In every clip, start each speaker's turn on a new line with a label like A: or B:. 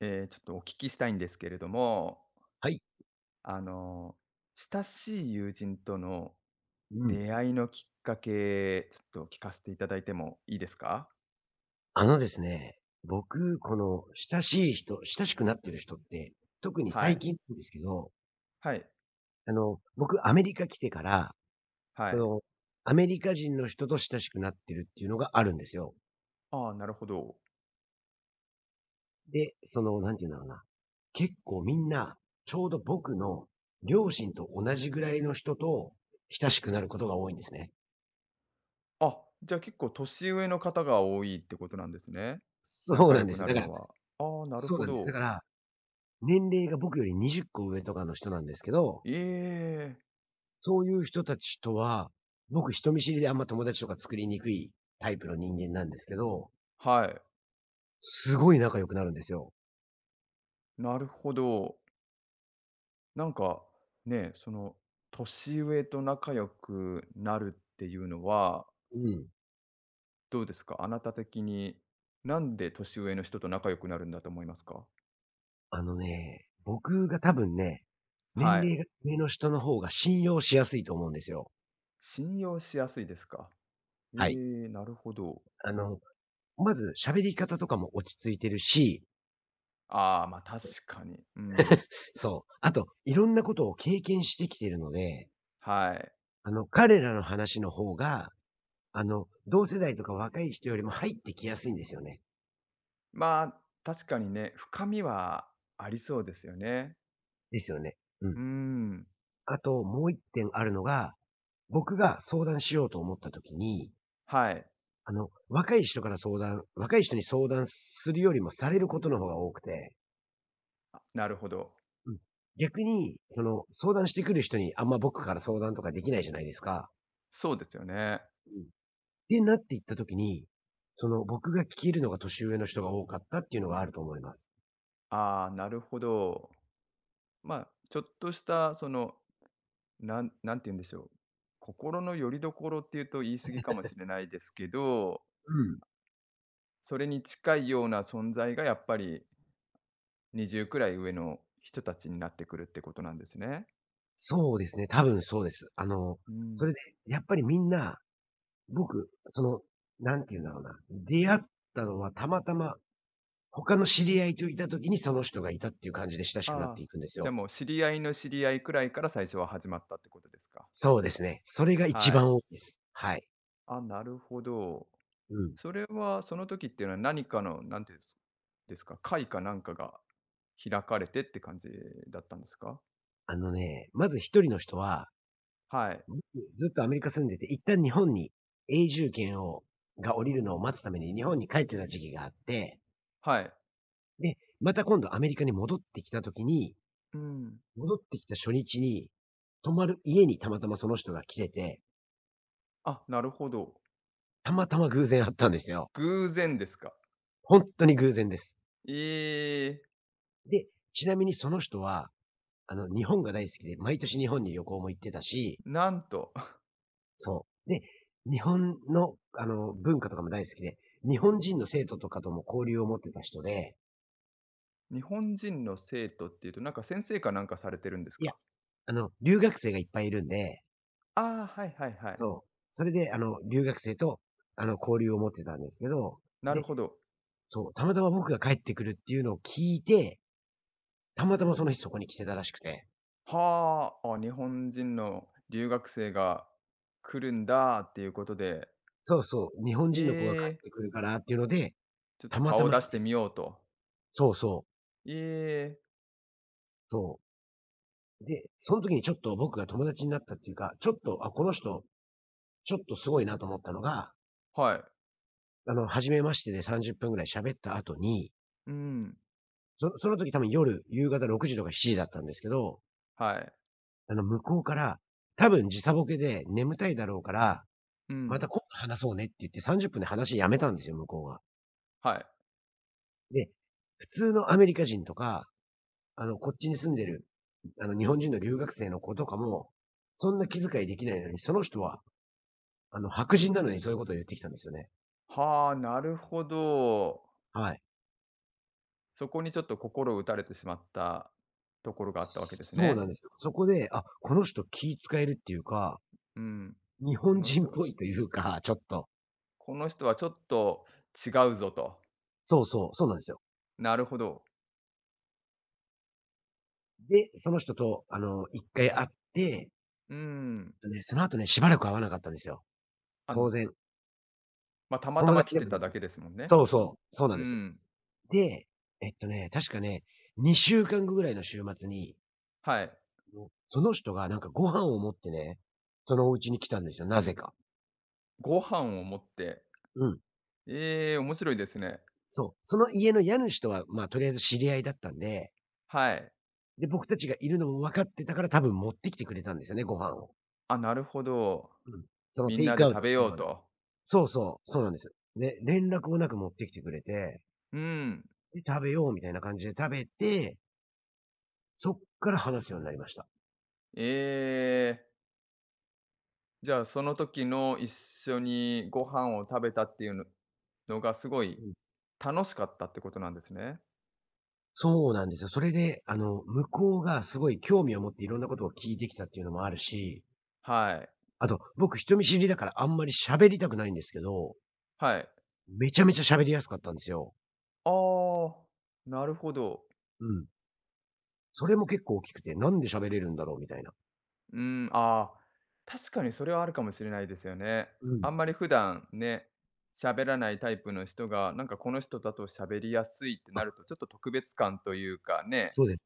A: ちょっとお聞きしたいんですけれども、
B: はい。
A: あの、親しい友人との
B: うん。
A: 出会いのきっかけ、ちょっと聞かせていただいてもいいですか？
B: あのですね、僕、親しくなってる人って、特に
A: は
B: 最
A: い。
B: 近なんですけど、
A: はい。
B: 僕アメリカ来てから、
A: は
B: そ
A: い。
B: の、アメリカ人の人と親しくなってるっていうのがあるんですよ。
A: ああ、なるほど。
B: で、なんて言うんだろうな、結構みんな、ちょうど僕の両親と同じぐらいの人と親しくなることが多いんですね。
A: あ、じゃあ結構年上の方が多いってことなんですね。
B: そう
A: 仲
B: な
A: 良
B: んで
A: く
B: す
A: な
B: よ。だ
A: る
B: から
A: のは。ああ、なる
B: そう
A: ほ
B: なんです。だ
A: ど。
B: から、年齢が僕より20個上とかの人なんですけど、
A: ええ。
B: そういう人たちとは、僕人見知りであんま友達とか作りにくいタイプの人間なんですけど、
A: はい。
B: すごい仲良くなるんですよ。
A: なるほど。なんかね、その、年上と仲良くなるっていうのは、
B: うん。
A: どうですか？あなた的に、なんで年上の人と仲良くなるんだと思いますか？
B: 僕が多分、年
A: はい。
B: 齢が上の人の方が信用しやすいと思うんですよ。
A: 信用しやすいですか？
B: はい。
A: ええ、なるほど。
B: あの、まず喋り方とかも落ち着いてるし、
A: ああ、ま、あ確かに。うん。
B: そう。あと、いろんなことを経験してきてるので、
A: はい。
B: 彼らの話の方が、同世代とか若い人よりも入ってきやすいんですよね。
A: まあ、確かにね、深みはありそうですよね。
B: ですよね。う
A: う
B: ん。
A: ーん。
B: あと、もう一点あるのが、僕が相談しようと思った時に、
A: はい。
B: あの、若い人に相談するよりもされることの方が多くて、
A: あ、なるほど。
B: うん。逆に、相談してくる人にあんま僕から相談とかできないじゃないですか。
A: そうですよね。
B: うん。ってなっていった時に、僕が聞けるのが年上の人が多かったっていうのがあると思います。
A: ああ、なるほど。まあ、ちょっとしたその、なんて言うんでしょう、心の拠り所っていうと言い過ぎかもしれないですけど、
B: うん。
A: それに近いような存在がやっぱり20くらい上の人たちになってくるってことなんですね。
B: そうですね、多分そうです。
A: う
B: そ
A: ん。
B: れで、やっぱりみんな、僕、なんて言うんだろうな、出会ったのはたまたま他の知り合いといた時にその人がいたっていう感じで親しくなって
A: ああ、
B: いくんです
A: じゃあ
B: よ。
A: もう知り合いの知り合いくらいから最初は始まったってことですか。
B: そうですね。それが一
A: はい。
B: 番多いです。はい。
A: あ、なるほど。
B: うん。
A: それはその時っていうのは何かの、なんていうんですか、会かなんかが開かれてって感じだったんですか？
B: まず一人の人は、
A: はい。
B: 僕ずっとアメリカ住んでて、一旦日本に永住権が降りるのを待つために日本に帰ってた時期があって、
A: はい。
B: で、また今度アメリカに戻ってきた時に、
A: うん。
B: 戻ってきた初日に、泊まる家にたまたまその人が来てて、
A: あ、なるほど。
B: たまたま偶然会ったんですよ。
A: 偶然ですか。
B: 本当に偶然です。
A: ええ、
B: で、ちなみにその人は日本が大好きで、毎年日本に旅行も行ってたし、
A: なんと。
B: そう。で、日本の、文化とかも大好きで、日本人の生徒とかとも交流を持ってた人で、
A: 日本人の生徒っていうと、なんか先生かなんかされてるんです
B: いや、
A: か？
B: 留学生がいっぱいいるんで、
A: ああ、はいはいはい。
B: そう。それで、留学生と、交流を持ってたんですけど、
A: なる
B: で、
A: ほど。
B: そう、たまたま僕が帰ってくるっていうのを聞いて、たまたまその日そこに来てたらしくて、
A: はあ、あ、日本人の留学生が来るんだっていうことで、
B: そうそう、日本
A: え
B: 人の子が帰
A: え、
B: ってくるからっていうので、
A: ちょっ
B: た
A: と
B: ま
A: 顔
B: た
A: を
B: まい
A: 出して
B: て、
A: みようと。
B: そうそう、
A: ええ、
B: そう。で、その時にちょっと僕が友達になったっていうか、ちょっと、あ、この人、ちょっとすごいなと思ったのが、
A: はい。
B: 初めましてで30分ぐらい喋った後に、
A: うん、
B: その時多分夜、夕方6時とか7時だったんですけど、
A: はい。
B: 向こうから、多分時差ボケで眠たいだろうから、
A: う
B: ま
A: ん、
B: た今度話そうねって言って30分で話やめたんですよ、向こうが。
A: はい。
B: で、普通のアメリカ人とか、こっちに住んでる、日本人の留学生の子とかも、そんな気遣いできないのに、その人は、白人なのにそういうことを言ってきたんですよね。
A: はあ、なるほど。
B: はい。
A: そこにちょっと心を打たれてしまったところがあったわけです
B: そう
A: ね。
B: なんですよ。そこで、あ、この人気使えるっていうか、
A: うん。
B: 日
A: こ
B: 本
A: の
B: 人
A: 人
B: っ
A: は
B: ぽいというか、ちょっと。
A: この人はちょっと違うぞと。
B: そうそう、そうなんですよ。
A: なるほど。
B: で、その人と、一回会って、
A: うーん。
B: とね、その後ね、しばらく会わなかったんですよ。
A: あん
B: 当
A: な
B: 然。
A: またまた
B: 友
A: ま来
B: 達で
A: て
B: も
A: た
B: ね、
A: だけですもんね。
B: そうそう、そうな
A: う
B: んです。
A: ん。
B: で、確かね、2週間ぐらいの週末に、
A: はい。
B: もうその人がなんかご飯を持ってね、そのお家に来たんですよ、なぜか。
A: ご飯を持って。
B: うん。
A: ええ、面白いですね。
B: そう。その家の家主とは、まあ、とりあえず知り合いだったんで、
A: はい。
B: で、僕たちがいるのも分かってたから、多分持ってきてくれたんですよね、ご飯を。
A: あ、なるほど。
B: うん。その
A: みん
B: テイ
A: なで
B: クアウ
A: 食
B: ト
A: べ
B: した
A: よ
B: よ
A: う
B: うな。
A: と。
B: そうそう、そうなんです。で、連絡もなく持ってきてくれて、
A: うん。
B: で、食べようみたいな感じで食べて、そっから話すようになりました。
A: ええ。じゃあ、その時の一緒にご飯を食べたっていうのがすごい
B: うん。
A: 楽しかったってことなんですね。
B: そうなんですよ。それで、向こうがすごい興味を持っていろんなことを聞いてきたっていうのもあるし、
A: はい。
B: あと、僕人見知りだからあんまり喋りたくないんですけど、
A: はい。
B: めちゃめちゃ喋りやすかったんですよ。
A: ああ、なるほど。
B: うん。それも結構大きくて、なんで喋れるんだろうみたいな。
A: うん、ああ、確かにそれはあるかもしれないですよね。
B: う
A: あ
B: ん。
A: んまり普段ね、喋らないタイプの人が、なんかこの人だと喋りやすいって
B: あ、
A: なると、ちょっと特別感というかね、
B: そうです。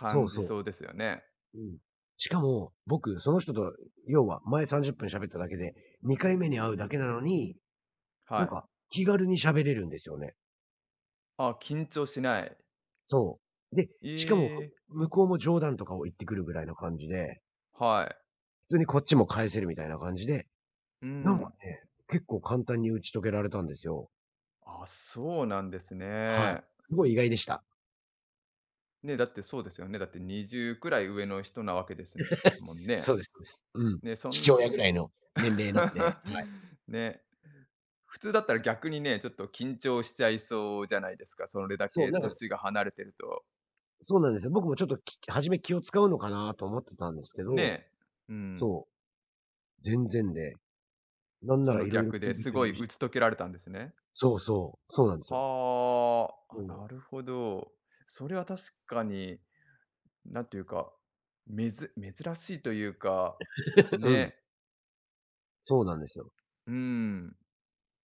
B: そう
A: じ
B: そ
A: そうですよね。
B: う。うん。しかも、僕、その人と、要は前30分喋っただけで、2回目に会うだけなのに、
A: は
B: なん
A: い。
B: か気軽に喋れるんですよね。
A: あ、緊張しない。
B: そう。で、
A: え
B: しかも、
A: え、
B: 向こうも冗談とかを言ってくるぐらいな感じで、
A: はい。
B: 普通にこっちも返せるみたいな感じで、
A: う
B: なんか
A: ん。
B: ね、結構簡単に打ち解けられたんですよ。
A: あ、そうなんです
B: はい。
A: ね。
B: すごい意外でした。
A: ね、だってそうですよね。だって20くらい上の人なわけですもんね。
B: そうですそうです。うん。
A: ね、
B: 父親ぐらいの年齢なんで、は い。
A: ね、普通だったら逆にね、ちょっと緊張しちゃいそうじゃないですか、それだ
B: そう、
A: け
B: なんか、
A: 年が離れてると。
B: そうなんですよ。僕もちょっと初め気を使うのかなと思ってたんですけ
A: ね
B: ど、
A: え。うん。
B: そう。全然で、なん
A: そ
B: なら
A: の
B: 色々
A: 逆
B: 聞
A: で
B: いて
A: す
B: く
A: ご
B: れる
A: い
B: し、
A: 打ち解けられたんですね。
B: そうそう、そうなんですよ。
A: はあ、あ、
B: もう
A: なるほど。それは確かに、なんていうか、めず珍しいというか、
B: うん、
A: ね、
B: そうなんですよ。
A: うん。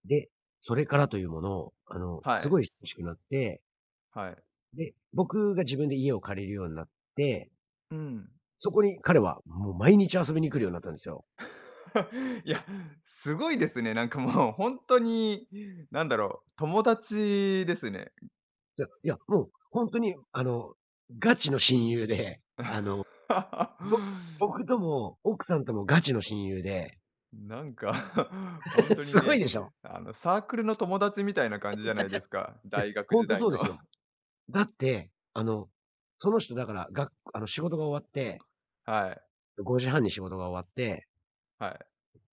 B: で、それからというもの、
A: は
B: す
A: い、
B: ごい親しくなって、
A: はい。
B: で、僕が自分で家を借りるようになって、
A: うん。
B: そこに彼はもう毎日遊びに来るようになったんですよ。
A: いや、すごいですね。なんかもう本当に、なんだろう、友達ですね。
B: いやいや、もう本当にガチの親友で、ぼ僕とも奥さんともガチの親友で、
A: なんか 本 当に
B: すごい
A: ね、
B: でしょ？
A: あの、サークルの友達みたいな感じじゃないですか、
B: いや、
A: 大学時
B: 本当
A: 代
B: そうで
A: の。
B: すよ。だって、その人だから、が仕事が終わって、
A: はい、
B: 5時半に仕事が終わって、
A: はい、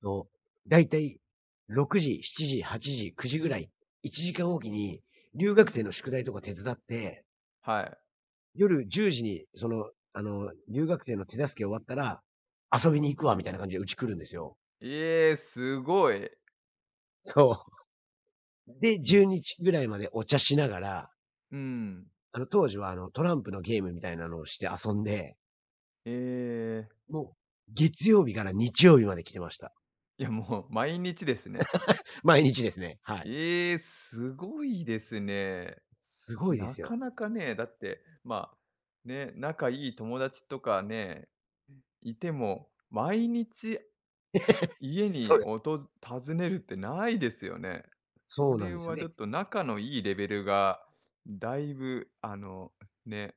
B: の、だいたい6時、7時、8時、9時ぐらい、1時間おきに留学生の宿題とか手伝って、
A: はい。
B: 夜10時にその、留学生の手助け終わったら、遊びに行くわみたいな感じでうち来るんですよ。
A: ええ、すごい。
B: そう。で、
A: め
B: 12時ぐらいまでお茶しながら、
A: うん。
B: 当時はトランプのゲームみたいなのをして遊んで、
A: ええ、
B: もう、月曜日から日曜日まで来てました。
A: いや、もう毎日ですね。
B: 毎日ですね。はい。
A: ええ、すごいですね。
B: すごいで
A: な
B: す
A: か
B: よ。
A: なかね、だって、まあ、ね、仲いい友達とかね、いても、毎日家
B: そ
A: に
B: うです。
A: 訪ねるってないですよね。そ
B: そうなん
A: れ
B: ですよ。
A: はちょ
B: で、
A: っと仲のいいレベルが、だいぶね、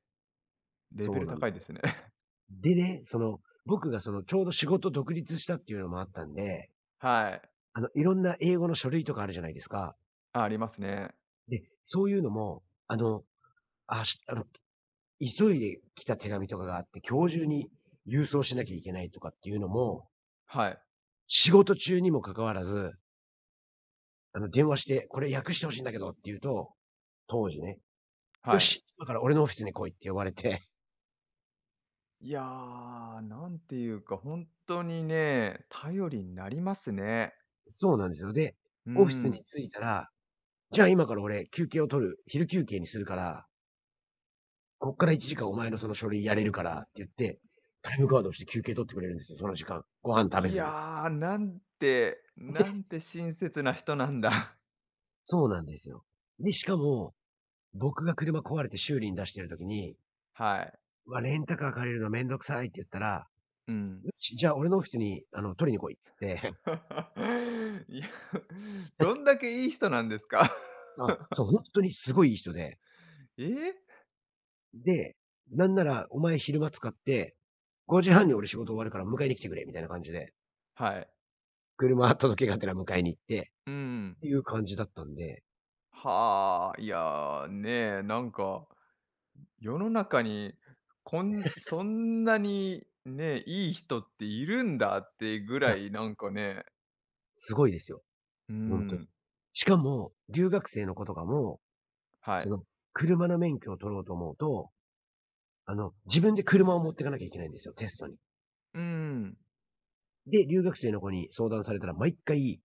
A: レベ
B: そう
A: ル
B: なんで
A: 高い
B: す
A: で
B: よ。
A: すね。
B: でね、僕がちょうど仕事独立したっていうのもあったんで、
A: はい。
B: いろんな英語の書類とかあるじゃないですか。
A: あ、ありますね。
B: で、そういうのも、あの、あし急いで来た手紙とかがあって、今日中に郵送しなきゃいけないとかっていうのも、
A: はい、
B: 仕事中にもかかわらず、電話して、これ訳してほしいんだけどって言うと、当時ね、よ
A: はい。
B: し、今から俺のオフィスに来いって呼ばれて、
A: いやー、なんていうか、本当にね、頼りになりますね。
B: そうなんですよ。で、
A: う
B: オフィスに
A: ん。
B: 着いたら、じゃあ今から俺休憩を取る、昼休憩にするから、こっから1時間お前のその書類やれるからって言って、タイムカードをして休憩取ってくれるんですよ、その時間。ご飯食べ
A: い
B: ずに。
A: やー、なんて親切な人なんだ。
B: そうなんですよ。で、しかも、僕が車壊れて修理に出してる時に、
A: はい、
B: うわ、レンタカー借りるのめんどくさいって言ったら、
A: うん。
B: よし、じゃあ俺のオフィスに取りに来いって言って、
A: いや、どんだけいい人なんですか？
B: あ、そう、本当にすごいいい人で、
A: え？
B: で、なんならお前昼間使って、5時半に俺仕事終わるから迎えに来てくれみたいな感じで。
A: はい。
B: 車届けがてら迎えに行って、
A: うん。
B: っていう感じだったんで、
A: はあ、いやー、ね、え、なんか、世の中に、そんなにね、いい人っているんだってぐ
B: い
A: ら
B: や、
A: い、なんかね、
B: すごいですよ、
A: う
B: ほんとに。
A: ん、
B: しかも、留学生の子とかも、
A: は
B: そ
A: い。
B: の、車の免許を取ろうと思うと、自分で車を持ってかなきゃいけないんですよ、テストに。
A: うん、
B: で、留学生の子に相談されたら毎回、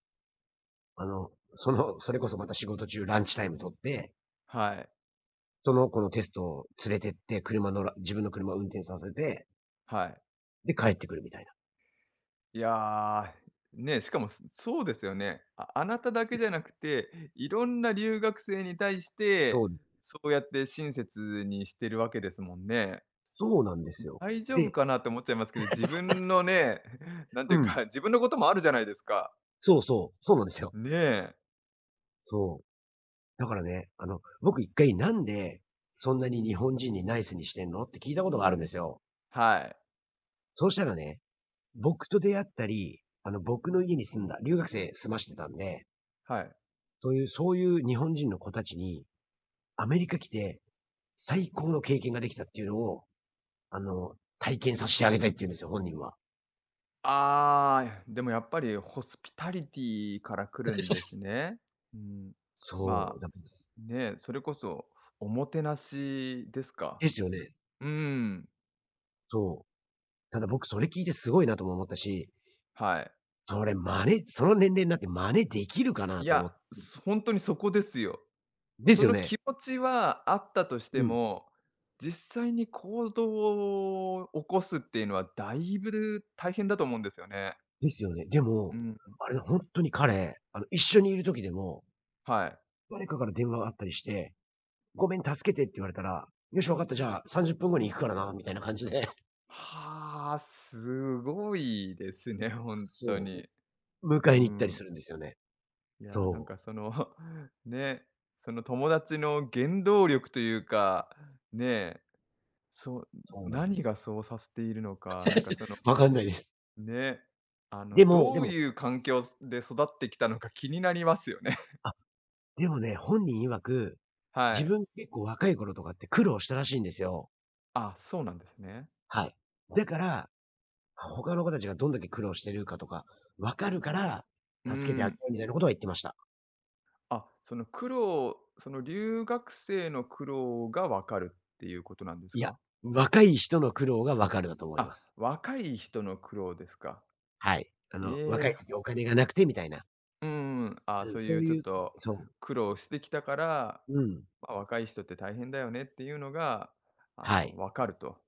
B: あの、それこそまた仕事中ランチタイム取って、
A: はい、
B: その子のテストを連れてって、車のら自分の車を運転させて、
A: はい。
B: で、帰ってくるみたいな。
A: いやー、ねえ、しかも、そうですよね。あなただけじゃなくて、いろんな留学生に対して、
B: そう、
A: そうやって親切にしてるわけですもんね。
B: そうなんですよ。
A: 大丈夫
B: で、
A: かなって思っちゃいますけど、自分のね、なん
B: う
A: ていう
B: ん、
A: か、自分のこともあるじゃないですか。
B: そうそう、そうなんですよ。
A: ねえ。
B: そう。だからね、僕一回なんで、そんなに日本人にナイスにしてんのって聞いたことがあるんですよ。
A: はい。
B: そうしたらね、僕と出会ったり、僕の家に住んだ、留学生住ましてたんで、
A: はい。
B: そういう日本人の子たちに、アメリカ来て最高の経験ができたっていうのを、体験させてあげたいって言うんですよ、本人は。
A: ああ、でもやっぱりホスピタリティから来るんですね。うん。
B: そ
A: ま
B: う、
A: あ、ねえ、それこそおもてなしですか。
B: ですよね。
A: うーん、
B: そう。ただ僕それ聞いてすごいなとも思ったし、
A: はい。
B: それ真似その年齢になって真似できるか
A: い
B: なと思っ
A: や、本当にそこですよ。
B: で
A: そ
B: すよ
A: の気
B: ね。
A: 持ちはあったとして
B: うん。
A: も、実際に行動を起こすっていうのはだいぶ大変だと思うんですよね。
B: ですよね。で
A: う
B: も、
A: ん、
B: あれ本当に彼、一緒にいる時でも、
A: はい。
B: 誰かから電話があったりして、「ごめん、助けて」って言われたら、「よし、わかった。じゃあ、30分後に行くからな」みたいな感じで、
A: はあ、すごいですね、ほんと
B: そ
A: に。
B: う、迎
A: う
B: えに行ったり
A: ん。
B: するんですよね。
A: いや、なん
B: そう、
A: かその ね、その友達の原動力というか、ね、そう、
B: そうなんで
A: 何
B: す
A: が
B: よ。
A: そうさせているのか、なんかその、
B: わかんないです。
A: ね、あの、
B: でも
A: ど
B: で
A: う
B: も、
A: いう環境で育ってきたのか気になりますよね。
B: あ、でもね、本人曰く、
A: は
B: 自
A: い。
B: 分結構若い頃とかって苦労したらしいんですよ。
A: あ、そうなんですね。
B: はい。だから、他の子たちがどんだけ苦労してるかとか、分かるから、
A: う
B: 助けてあげ
A: ん。
B: たいみたいなことは言ってました。
A: あ、その苦労その留学生の苦労が分かるっていうことなんです
B: いや、
A: か？
B: 若い人の苦労がわかるだと思いま
A: あ、
B: す。
A: 若い人の苦労ですか。
B: はい。若い
A: ええ、
B: 時お金がなくてみたいな。
A: うん。あ、
B: うん、
A: そうい
B: そ
A: う
B: う
A: ちょっ
B: いう
A: と
B: そう。
A: 苦労してきたから、
B: うん。
A: まあ、若い人って大変だよねっていうのが、あ
B: はい。
A: の、
B: っ
A: 分かると。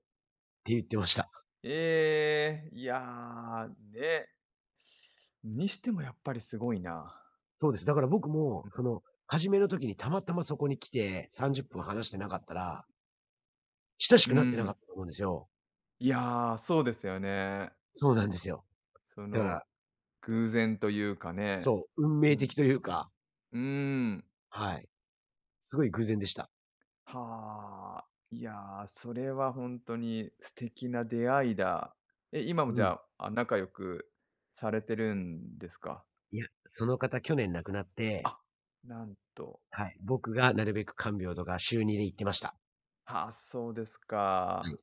B: て言ってました。
A: ええ、いやー、ね、にしてもやっぱりすごいな。
B: そうです。だから僕も、初めの時にたまたまそこに来て、30分話してなかったら、親し
A: う
B: くなってなか
A: ん。
B: ったと思うんですよ。
A: いやー、そうですよね。
B: そうなんですよ。
A: そ
B: だか
A: の
B: ら、
A: 偶然というかね。
B: そう、運
A: う
B: 命的
A: ん。
B: というか、
A: うーん。
B: はい。すごい偶然でした。
A: はあ。いや、それはほんとに素敵な出会いだ。え、今も
B: う
A: じ
B: ん。
A: ゃあ、あ、仲良くされてるんですか？
B: いや、その方去年亡くなって、
A: あ、なんと。
B: はい、僕がなるべく看病とか週にで行ってました。
A: はあ、そうです
B: は
A: か。
B: い。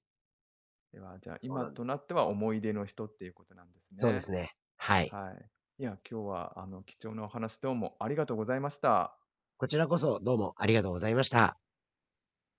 A: では、じゃあ、
B: そう
A: 今
B: なんで
A: と
B: す。
A: なっては思い出の人っていうことなんです
B: そうで
A: ね。
B: すね。はい。
A: はい。いや、今日はあの、貴重なお話どうもありがとうございました。
B: こちらこそどうもありがとうございました。